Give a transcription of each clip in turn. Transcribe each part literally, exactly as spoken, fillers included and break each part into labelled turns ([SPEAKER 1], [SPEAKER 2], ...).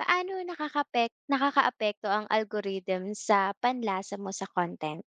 [SPEAKER 1] Paano nakakapek nakakaapekto ang algorithm sa panlasa mo sa content?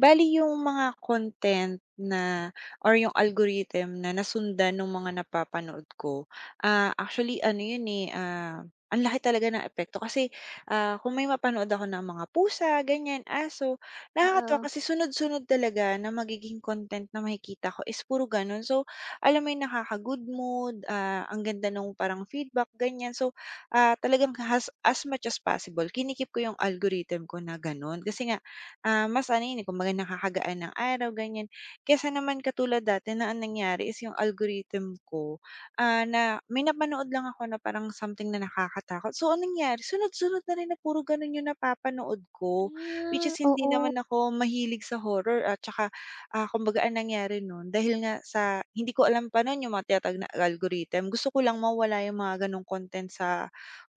[SPEAKER 2] Bali yung mga content na or yung algorithm na nasundan ng mga napapanood ko, ah, actually ano yun, eh, ah, ang laki talaga ng epekto kasi, ah, kung may mapanood ako ng mga pusa, ganyan, aso, nakakatuwa
[SPEAKER 1] Oo.
[SPEAKER 2] kasi sunod-sunod talaga na magiging content na makikita ko is puro gano'n. So, alam mo yung nakaka-good mood, ah, ang ganda nung parang feedback, ganyan. So, ah, talagang has as much as possible kinikip ko yung algorithm ko na gano'n kasi nga, ah, mas ano yun, eh, kumbaga nakakagaan ng araw, ganyan. Kesa naman katulad dati na ang nangyari is yung algorithm ko, ah, na may napanood lang ako na parang something na nakakatakot. So, anong nangyari, sunod-sunod na rin na puro ganun yung napapanood ko, which
[SPEAKER 1] Ah,
[SPEAKER 2] is hindi
[SPEAKER 1] oo.
[SPEAKER 2] naman ako mahilig sa horror at saka, ah, kumbaga ang nangyari nun dahil nga sa hindi ko alam pa nun yung mga tinatawag na algorithm, gusto ko lang mawala yung mga ganong content sa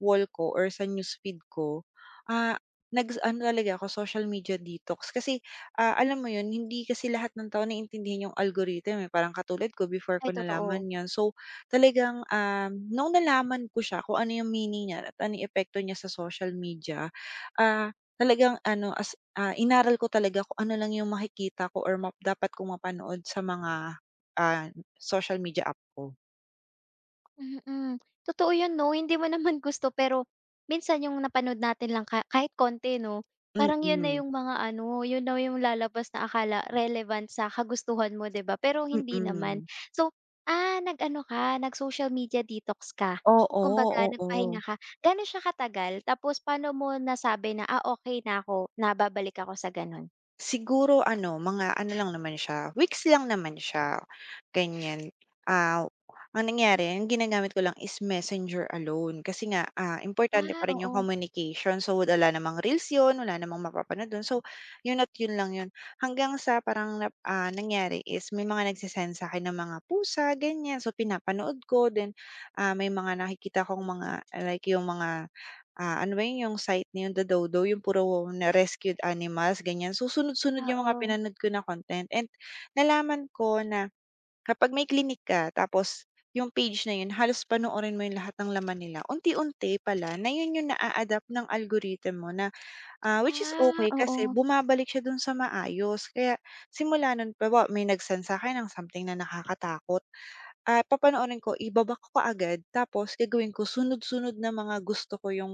[SPEAKER 2] wall ko or sa newsfeed ko. Ah, Nag-ano talaga ako, social media detox. Kasi, ah, alam mo 'yun, hindi kasi lahat ng tao naiintindihan yung algorithm, eh, parang katulad ko before ko
[SPEAKER 1] Ay totoo.
[SPEAKER 2] nalaman 'yan. So, talagang, um, nung nalaman ko siya kung ano yung meaning niya at ano yung epekto niya sa social media, ah, talagang ano, as ah, inaral ko talaga kung ano lang yung makikita ko or map dapat kong mapanood sa mga, ah, social media app ko.
[SPEAKER 1] Mm, Totoo 'yun 'no, hindi mo naman gusto pero minsan yung napanood natin lang ka kahit konti 'no, parang 'yun na
[SPEAKER 2] Mm,
[SPEAKER 1] yung mga ano, 'yun na yung lalabas na akala relevant sa kagustuhan mo 'di ba, pero hindi naman.
[SPEAKER 2] mm.
[SPEAKER 1] So, ah, nag-ano ka, nag-social media detox ka,
[SPEAKER 2] Oo,
[SPEAKER 1] kumbaga
[SPEAKER 2] oo, oo.
[SPEAKER 1] nagpahinga ka. Gaano siya katagal tapos paano mo nasabi na, "Ah, okey na ako, na babalik ako sa gano'n?"
[SPEAKER 2] Siguro ano, mga ano lang naman siya, weeks lang naman siya, ganyan. Ah, ang nangyari, ang ginagamit ko lang is Messenger alone kasi nga, ah, importante
[SPEAKER 1] Ah,
[SPEAKER 2] pa rin yung
[SPEAKER 1] oo,
[SPEAKER 2] communication. So, wala namang reels yun, wala namang mapapanood dun. So, yun at yun lang yun. Hanggang sa parang, nap ah, nangyari is may mga nagse-send sa'kin ng mga pusa, ganyan. So, pinapanood ko then, ah, may mga nakikita kong mga like yung mga. Ah, ano ba yun, yung site na yun, The Dodo, yung puro na rescued animals, ganyan. So, sunod-sunod yung mga
[SPEAKER 1] oo.
[SPEAKER 2] pinanood ko na content, and nalaman ko na kapag may clinic ka tapos yung page na yun halos panoorin mo yung lahat ng laman nila, unti-unti pala na yun yung naa-adapt ng algorithm mo na, ah, which is
[SPEAKER 1] Ah,
[SPEAKER 2] okay
[SPEAKER 1] oo.
[SPEAKER 2] kasi bumabalik siya dun sa maayos. Kaya simula nun pa ba may nag-send sa'kin ng something na nakakatakot. Ah, papanoorin ko, ibabak ko agad tapos gagawin ko sunod-sunod na mga gusto ko yung,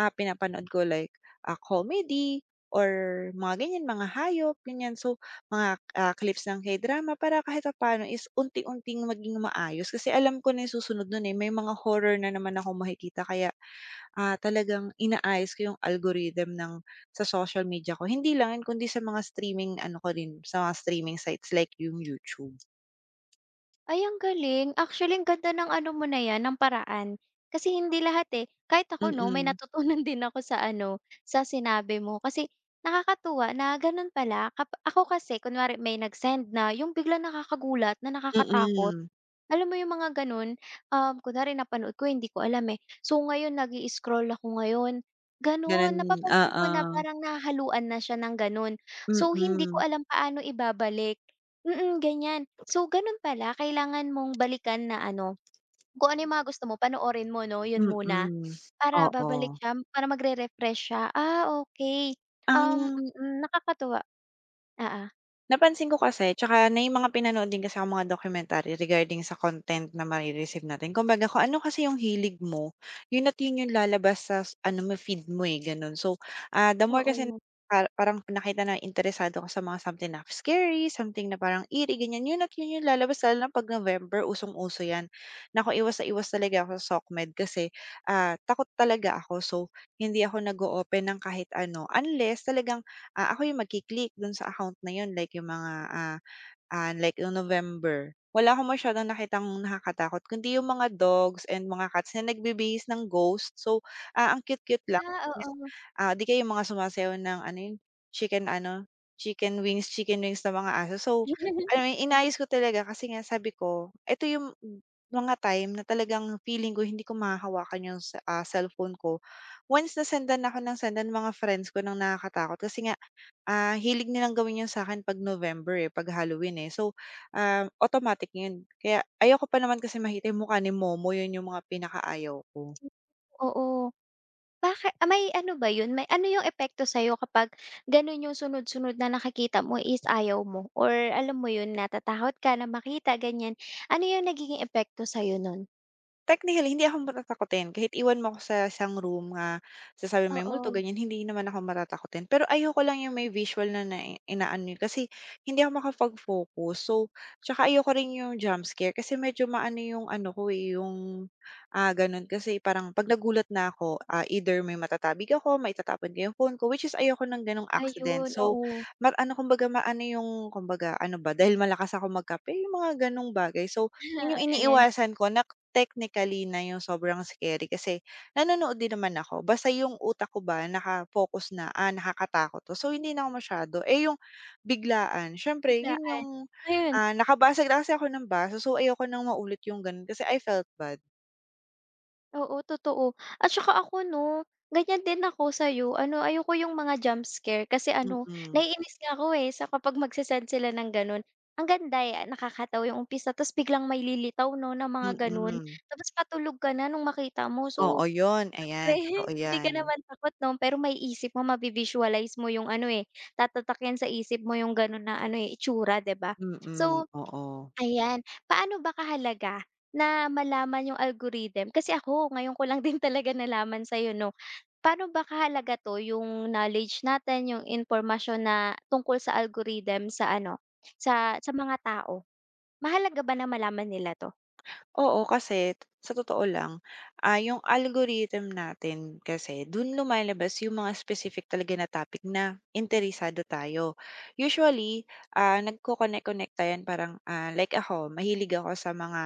[SPEAKER 2] ah, pinapanood ko like, ah, comedy or mga ganyan, mga hayop, ganyan. So, mga, ah, clips ng K-drama para kahit papaano is unti-unting maging maayos kasi alam ko na yung susunod nun, eh, may mga horror na naman ako makikita kaya, ah, talagang inaayos ko yung algorithm ng sa social media ko. Hindi lang yun kundi sa mga streaming ano ko rin, sa mga streaming sites like yung YouTube.
[SPEAKER 1] Ay, ang galing. Actually, ang ganda ng ano mo na 'yan, ng paraan. Kasi hindi lahat, eh. Kahit ako 'no, may
[SPEAKER 2] Mm,
[SPEAKER 1] natutunan din ako sa ano, sa sinabi mo. Kasi nakakatuwa na gano'n pala. Kap ako kasi kunwari may nag-send na yung biglang nakakagulat na nakakatakot.
[SPEAKER 2] mm.
[SPEAKER 1] Alam mo yung mga gano'n, um, kunwari napanood ko hindi ko alam, eh. So, ngayon nag-i-scroll ako ngayon,
[SPEAKER 2] Ganun,
[SPEAKER 1] gano'n. Napapansin ko na
[SPEAKER 2] oo,
[SPEAKER 1] parang nahaluan na siya ng gano'n. So, hindi ko
[SPEAKER 2] mm,
[SPEAKER 1] alam paano ibabalik. Mm, ganyan. So, gano'n pala kailangan mong balikan na ano, kung ano yung mga gusto mo panoorin mo 'no, yun muna.
[SPEAKER 2] mm,
[SPEAKER 1] Para
[SPEAKER 2] oo.
[SPEAKER 1] babalik siya, para magre-refresh siya. Ah, okay. Um, mm,
[SPEAKER 2] Ang
[SPEAKER 1] mm, nakakatuwa.
[SPEAKER 2] napansin ko kasi tsaka na yung mga pinanood din kasi akong mga documentary regarding sa content na mare natin. Kumbaga kung ano kasi yung hilig mo, yun at yun yung lalabas sa s- ano mo, feed mo, eh, gano'n. So, ah, the
[SPEAKER 1] Oo,
[SPEAKER 2] more kasi
[SPEAKER 1] oo.
[SPEAKER 2] pa parang nakita na interesado ka sa mga something na scary, something na parang eerie, ganyan, yun at yun yung lalabas lalo na 'pag November usong-uso 'yan. Naku, iwas na iwas talaga ako sa SOCMED kasi, ah, takot talaga ako. So, hindi ako nag open ng kahit ano unless talagang ah, ako yung magki-click dun sa account na yun like yung mga, ah, ah, like nung November, wala akong masyadong nakitang nakakatakot kundi yung mga dogs and mga cats na nagbibihis ng ghost. So, ah, ang cute-cute lang.
[SPEAKER 1] Ah, oo.
[SPEAKER 2] Ah, 'di kaya yung mga sumasayaw ng ano yun, chicken ano, chicken wings, chicken wings na mga aso. So, alam mo yun, inayos ko talaga kasi nga sabi ko, eto yung mga time na talagang feeling ko hindi ko mahahawakan yung, s- ah, cellphone ko. Once na sendan ako ng sendan mga friends ko ng nakakatakot kasi nga. Ah, hilig nilang gawin 'yun sa'kin 'pag November, eh, 'pag Halloween, eh. So, um, automatic 'yun. Kaya ayoko pa naman kasi makita yung mukha ni Momo, 'yun yung mga pinakaayaw ko.
[SPEAKER 1] Oo. Baki ah, may ano ba yun, may ano yung epekto sa'yo kapag ganun yung sunod-sunod na nakakita mo is ayaw mo or alam mo yun, natatakot ka na makita, ganyan. Ano yung nagiging epekto sa'yo nun?
[SPEAKER 2] Technically, hindi ako matatakutin kahit iwan mo ako sa isang room na sasabihin mo may multo
[SPEAKER 1] Oo,
[SPEAKER 2] ganyan, hindi naman ako matatakutin. Pero ayoko lang yung may visual na na inaano yun, kasi hindi ako makapag-focus. So, tsaka ayoko rin yung jump scare kasi medyo maano yung ano ko, eh, yung, ah, gano'n kasi parang 'pag nagulat na ako, ah, either may matatabig ako, maitatapon ko yung phone ko, which is ayoko ng gano'ng accident.
[SPEAKER 1] ayun,
[SPEAKER 2] So,
[SPEAKER 1] oo.
[SPEAKER 2] ma ano kumbaga maano yung kumbaga ano ba, dahil malakas ako magkape, yung mga gano'ng bagay. So, yun yung
[SPEAKER 1] Ayan,
[SPEAKER 2] iniiwasan ko na technically na yung sobrang scary kasi nanonood din naman ako basta yung utak ko ba naka-focus na, ah, nakakatakot 'to so hindi na ako masyado. Eh, yung biglaan siyempre yun yung,
[SPEAKER 1] biglaan. Ayun.
[SPEAKER 2] ah, nakabasag na kasi ako ng baso so ayoko ng maulit yung gano'n kasi I felt bad.
[SPEAKER 1] Oo, totoo. At saka ako 'no, ganyan din ako sa'yo. Ano, ayoko yung mga jump scare kasi ano,
[SPEAKER 2] Mm,
[SPEAKER 1] naiinis nga ako, eh, sa kapag magse sila ng gano'n. Ang ganda, eh, nakakatawa yung umpisa tapos biglang may lilitaw 'no, na mga gano'n.
[SPEAKER 2] mm.
[SPEAKER 1] Tapos patulog ka na nung makita mo.
[SPEAKER 2] Oo,
[SPEAKER 1] So,
[SPEAKER 2] yun ayan,
[SPEAKER 1] siyempre
[SPEAKER 2] totoo
[SPEAKER 1] hindi ka
[SPEAKER 2] yan.
[SPEAKER 1] naman takot 'no, pero may isip mo, mavi-visualize mo yung ano, eh, tatatakin sa isip mo yung gano'n na ano, eh, itsura, 'di ba?
[SPEAKER 2] Mm,
[SPEAKER 1] So,
[SPEAKER 2] oo.
[SPEAKER 1] ayan. Paano ba kahalaga na malaman yung algorithm? Kasi ako ngayon ko lang din talaga nalaman sa'yo 'no. Paano ba kahalaga 'to yung knowledge natin, yung information na tungkol sa algorithm sa ano, sa sa mga tao? Mahalaga ba na malaman nila 'to?
[SPEAKER 2] Oo, kasi t- sa totoo lang, ah, yung algorithm natin kasi dun lumalabas yung mga specific talaga na topic na interesado tayo. Usually, ah, nagko-connect-connect tayo yan parang, ah, like ako, mahilig ako sa mga,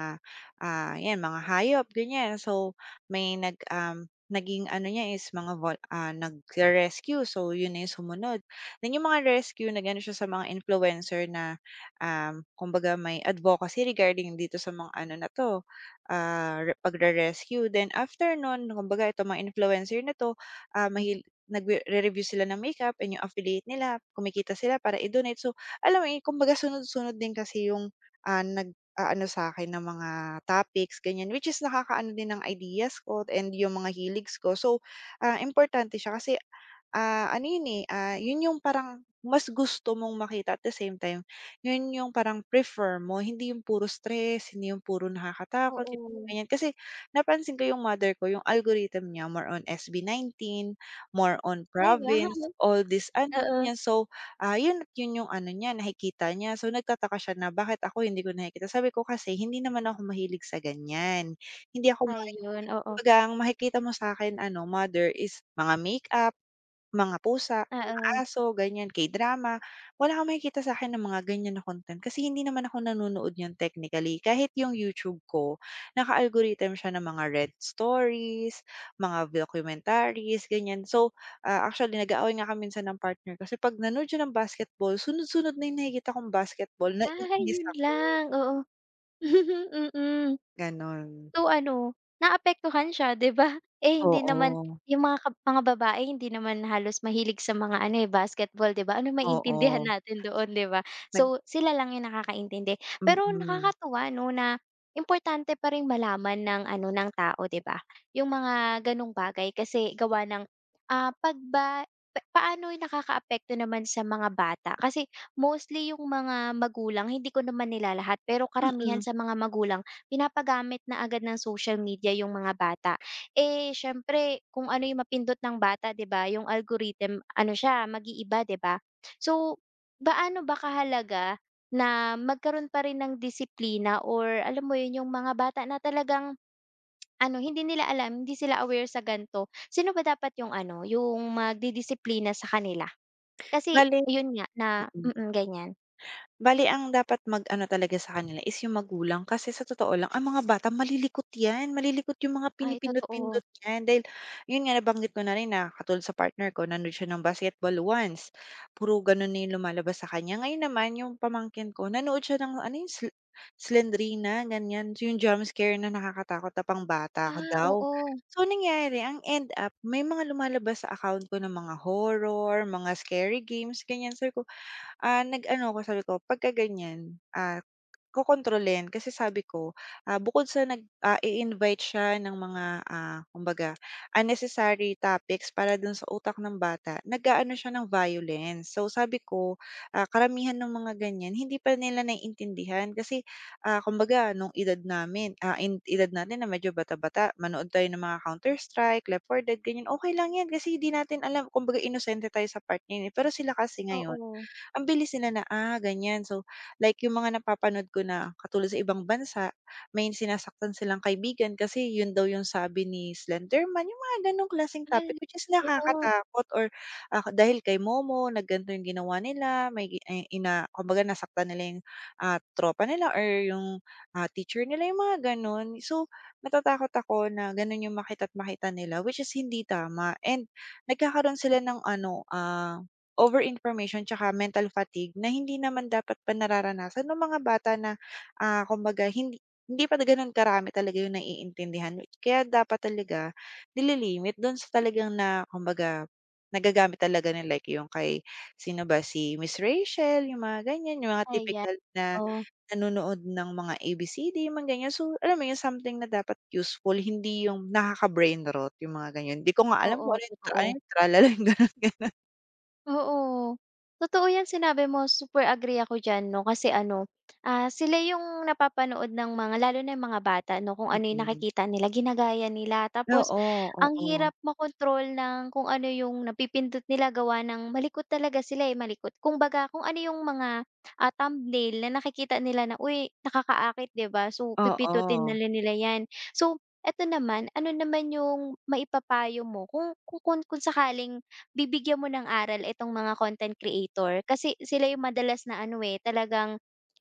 [SPEAKER 2] ah, yan, mga hayop, ganyan. So, may nag, um, naging ano niya is mga vol- ah, nag-rescue. So, yun na yung sumunod. Then, yung mga rescue, nag-ano siya sa mga influencer na, um, kumbaga may advocacy regarding dito sa mga ano na to, ah, re pagre-rescue. Then after nun, kumbaga itong mga influencer na 'to, ah, mahil nagre-review sila ng makeup and yung affiliate nila, kumikita sila para i-donate. So, alam mo yun, kumbaga sunod-sunod din kasi yung, ah, nag-aano sa'kin ng mga topics, ganyan. Which is nakakaano din ng ideas ko and yung mga hiligs ko. So, ah, importante siya kasi, ah, ano yun, eh, ah, yun yung parang mas gusto mong makita at the same time, yun yung parang prefer mo. Hindi yung puro stress, hindi yung puro nakakatakot.
[SPEAKER 1] Oo.
[SPEAKER 2] Ganyan. Kasi napansin ko yung mother ko, yung algorithm niya more on S B nineteen, more on
[SPEAKER 1] Ay, wow!
[SPEAKER 2] province, all this ano,
[SPEAKER 1] Oo.
[SPEAKER 2] ganyan. So, ah, yun at yun yung ano niya, nakikita niya. So, nagtataka siya na bakit ako hindi ko nakikita. Sabi ko kasi hindi naman ako mahilig sa ganyan. Hindi ako.
[SPEAKER 1] Ayun, oo.
[SPEAKER 2] Kumbaga ang makikita mo sa'kin ano, mother is mga makeup, mga pusa, mga
[SPEAKER 1] Oo.
[SPEAKER 2] aso, ganyan, K-drama. Wala kang makikita sa'kin ng mga ganyan na content kasi hindi naman ako nanonood niyan technically. Kahit yung YouTube ko, naka-algorithm siya ng mga red stories, mga documentaries, ganyan. So, ah, actually nag-aaway nga kami minsan ng partner ko kasi 'pag nanood siya ng basketball, sunod-sunod na yung nakikita kong basketball,
[SPEAKER 1] Ah,
[SPEAKER 2] naiinis
[SPEAKER 1] yun
[SPEAKER 2] ako,
[SPEAKER 1] lang, oo. Mm.
[SPEAKER 2] gano'n.
[SPEAKER 1] So ano, naapektuhan siya 'di ba? Eh, hindi naman
[SPEAKER 2] Oo,
[SPEAKER 1] yung mga kab mga babae hindi naman halos mahilig sa mga ano, eh, basketball 'di ba? Anong maiintindihan
[SPEAKER 2] oo.
[SPEAKER 1] natin doon 'di ba?
[SPEAKER 2] Nag
[SPEAKER 1] So, sila lang yung nakakaintindi. Pero
[SPEAKER 2] mm.
[SPEAKER 1] nakakatuwa 'no, na importante pa ring malaman ng ano, ng tao 'di ba, yung mga gano'ng bagay kasi gawa ng, ah, pagba ba pa paano yung nakakaapekto naman sa mga bata kasi mostly yung mga magulang hindi ko naman nila lahat pero karamihan
[SPEAKER 2] Mm.
[SPEAKER 1] sa mga magulang pinapagamit na agad ng social media yung mga bata. Eh, siyempre kung ano yung mapindot ng bata 'di ba, yung algorithm ano siya mag-iiba 'di ba? So, gaano ba kahalaga na magkaroon pa rin ng disiplina or alam mo yun yung mga bata na talagang ano hindi nila alam, hindi sila aware sa ganto. Sino ba dapat yung ano, yung magdidisiplina sa kanila? Kasi
[SPEAKER 2] Bale
[SPEAKER 1] yun nga na
[SPEAKER 2] mm.
[SPEAKER 1] mm, mm, ganyan.
[SPEAKER 2] Bale ang dapat mag-ano talaga sa kanila is yung magulang kasi sa totoo lang ang mga bata malilikot 'yan, malilikot yung mga
[SPEAKER 1] Ay totoo.
[SPEAKER 2] pinipindot-pindot niyan dahil yun nga nabanggit ko na rin na katulad sa partner ko nanood siya ng basketball once, puro gano'n na yung lumalabas sa kanya. Ngayon naman yung pamangkin ko nanood siya ng ano yung sle Slendrina ganyan. So, yung jump scare na nakakatakot na pambata
[SPEAKER 1] Ah,
[SPEAKER 2] daw.
[SPEAKER 1] oo,
[SPEAKER 2] So nangyari ang end up may mga lumalabas sa account ko ng mga horror, mga scary games ganyan sabi ko, ah, nag-ano ako sabi ko pagka ganyan, ah, kokontrolin kasi sabi ko, ah, bukod sa nag ah, i-invite siya ng mga, ah, kumbaga unnecessary topics para dun sa utak ng bata, nag-aano siya ng violence. So sabi ko, ah, karamihan ng mga ganyan hindi pa nila naiintindihan kasi, ah, kumbaga nung edad namin, ah, in edad natin na medyo bata-bata manood tayo ng mga Counter-Strike, Left four Dead ganyan, okay lang yan kasi hindi natin alam kumbaga inosente tayo sa part na eh. Pero sila kasi ngayon
[SPEAKER 1] oo.
[SPEAKER 2] ang bilis nila na, ah, ganyan. So, like yung mga napapanood ko na katulad sa ibang bansa, may sinasaktan silang kaibigan kasi yun daw yung sabi ni Slenderman, yung mga ganong klaseng
[SPEAKER 1] Mahal
[SPEAKER 2] topic which is
[SPEAKER 1] oo.
[SPEAKER 2] nakakatakot or ah, dahil kay Momo na yung ginawa nila, may gi- eh, ina, kumbaga nasaktan nila yung ah, tropa nila or yung ah, teacher nila, yung mga ganon. So, natatakot ako na ganon yung makita at makita nila which is hindi tama. And nagkakaroon sila ng ano, ah, overinformation information tsaka mental fatigue na hindi naman dapat pa nararanasan nung mga bata na, ah, kumbaga hindi hindi pa gano'n karami talaga yung naiintindihan. Kaya dapat talaga nili-limit do'n sa talagang na kumbaga nagagamit talaga na like yung kay sino ba, si Miss Rachel, yung mga ganyan, yung mga
[SPEAKER 1] Ayan,
[SPEAKER 2] tipikal na
[SPEAKER 1] oh,
[SPEAKER 2] nanonood ng mga A B C D, mga ganyan. So, alam mo yun, something na dapat useful, hindi yung nakaka-brain rot, yung mga ganyan. Di ko nga alam kung
[SPEAKER 1] oo,
[SPEAKER 2] ano yung tra
[SPEAKER 1] totoo.
[SPEAKER 2] ay tralala, yung gano'n.
[SPEAKER 1] Oo. Totoo 'yang sinabi mo, super agree ako diyan 'no, kasi ano, ah, sila yung napapanood ng mga lalo na yung mga bata 'no, kung ano yung nakikita nila ginagaya nila. Tapos
[SPEAKER 2] Oo,
[SPEAKER 1] ang
[SPEAKER 2] oo,
[SPEAKER 1] hirap makontrol ng kung ano yung napipindot nila gawa ng malikot talaga sila, eh, malikot. Kung baga kung ano yung mga, ah, thumbnail na nakikita nila na, "Uy, nakakaakit," 'di ba? So
[SPEAKER 2] oo.
[SPEAKER 1] pipindutin na lang nila 'yan. So eto naman, ano naman yung maipapayo mo kung kung kung sakali bibigyan mo ng aral itong mga content creator kasi sila yung madalas na ano, eh, talagang,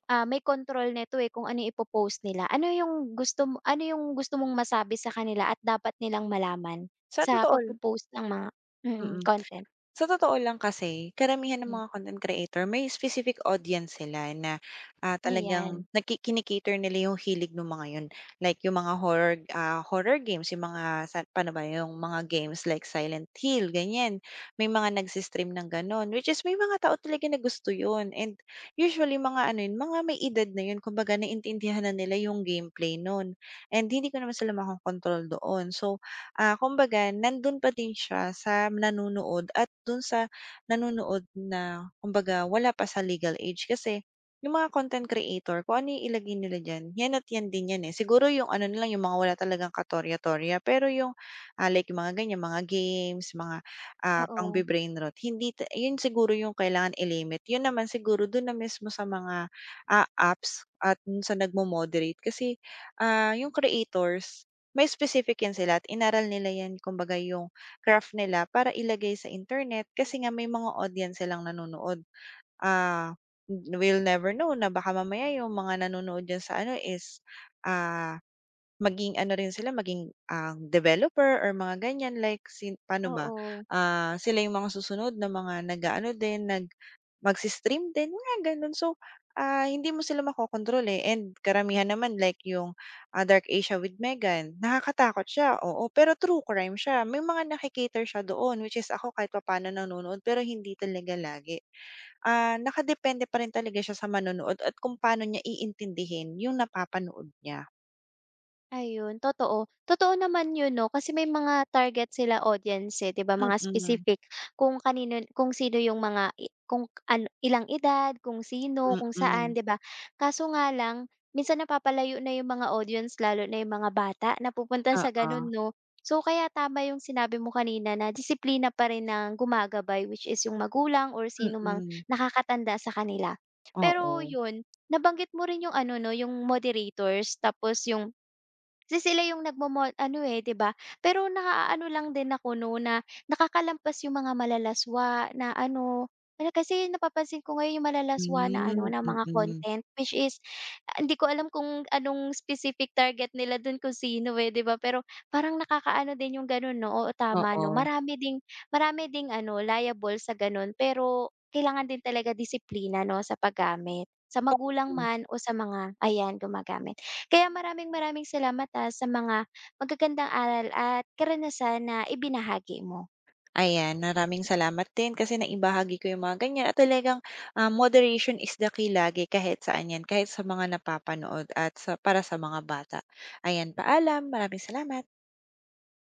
[SPEAKER 1] ah, may control nito, eh, kung ano yung ipo nila. Ano yung gusto mo ano yung gusto mong masabi sa kanila at dapat nilang malaman
[SPEAKER 2] Sa
[SPEAKER 1] sa
[SPEAKER 2] totoo.
[SPEAKER 1] pagpo-post ng mga mm,
[SPEAKER 2] Mm.
[SPEAKER 1] content?
[SPEAKER 2] Sa totoo lang kasi, karamihan ng
[SPEAKER 1] Hmm,
[SPEAKER 2] mga content creator may specific audience sila na, ah,
[SPEAKER 1] ayan.
[SPEAKER 2] talagang nagki kini nila yung hilig nung mga yun. Like yung mga horror, ah, horror games, yung mga sa paano ba yung mga games like Silent Hill, ganyan. May mga nagse-stream ng gano'n, which is may mga tao talaga na gusto yun and usually mga ano yun, mga may edad na yun kumbaga naiintindihan na nila yung gameplay nun and hindi ko naman sila makokontrol doon. So. Ah, kumbaga nandun pa din siya sa nanonood at dun sa nanonood na kumbaga wala pa sa legal age. Kasi yung mga content creator kung ano yung ilagay nila diyan, yan at yan din yan, eh. Siguro yung ano na lang, yung mga wala talagang katorya-torya, pero yung, ah, like yung mga ganyan, mga games, mga, ah,
[SPEAKER 1] Oo,
[SPEAKER 2] pangbe-brain rot, hindi ta yun siguro yung kailangan i-limit. Yun naman siguro dun na mismo sa mga, ah, apps at dun sa nagmo-moderate kasi, ah, yung creators may specific yan sila at inaral nila yan kumbaga yung craft nila para ilagay sa internet kasi nga may mga audience silang nanonood. Ah, we'll never know na baka mamaya yung mga nanonood diyan sa ano is, ah, maging ano rin sila, maging, ah, developer or mga ganyan like sin paano ba,
[SPEAKER 1] oo.
[SPEAKER 2] ah, sila yung mga susunod na mga nag-aano din, nag magsi-stream din, mga gano'n. So, ah, hindi mo sila makokontrol, eh, and karamihan naman like yung, ah, Dark Asia with Megan, nakakatakot siya, oo, pero true crime siya. May mga naki siya doon, which is ako kahit papaano nanonood pero hindi talaga lagi. Ah, nakadepende pa rin talaga siya sa manonood at kung paano niya iintindihin yung napapanood niya.
[SPEAKER 1] Ayun, totoo. Totoo naman 'yun 'no, kasi may mga target sila audience, eh, 'di ba, mga
[SPEAKER 2] Mm,
[SPEAKER 1] specific kung kanino kung sino yung mga i kung ano ilang edad, kung sino, kung saan,
[SPEAKER 2] mm.
[SPEAKER 1] 'di ba? Kaso nga lang, minsan napapalayo na yung mga audience lalo na yung mga bata na pupunta sa
[SPEAKER 2] Oo,
[SPEAKER 1] gano'n 'no. So, kaya tama yung sinabi mo kanina na disiplina pa rin ang gumagabay which is yung magulang or sino mang
[SPEAKER 2] mm.
[SPEAKER 1] nakakatanda sa kanila. Pero
[SPEAKER 2] Oo.
[SPEAKER 1] 'yun, nabanggit mo rin yung ano 'no, yung moderators tapos yung kasi sila yung nagmo ano, eh, 'di ba? Pero naaano lang din ako 'no, na nakakalampas yung mga malalaswa na ano, ano kasi napapansin ko ngayon yung
[SPEAKER 2] Hmm,
[SPEAKER 1] malalaswa na ano, na
[SPEAKER 2] mm.
[SPEAKER 1] mga
[SPEAKER 2] Mm-mm.
[SPEAKER 1] content which is ah, hindi ko alam kung anong specific target nila dun kung sino, eh, 'di ba? Pero parang nakakaano din yung ganun 'no, oo tama 'no.
[SPEAKER 2] Oo.
[SPEAKER 1] Marami ding marami ding ano, liable sa ganun pero kailangan din talaga disiplina 'no, sa paggamit, sa magulang
[SPEAKER 2] Oo.
[SPEAKER 1] man o sa mga ayan, gumagamit. Kaya maraming maraming salamat, ah, sa mga magagandang aral at karanasan na ibinahagi mo.
[SPEAKER 2] Ayan, maraming salamat din kasi naibahagi ko yung mga ganyan at talagang, ah, moderation is the key lagi kahit saan 'yan, kahit sa mga napapanood at sa para sa mga bata. Ayan, paalam, maraming salamat.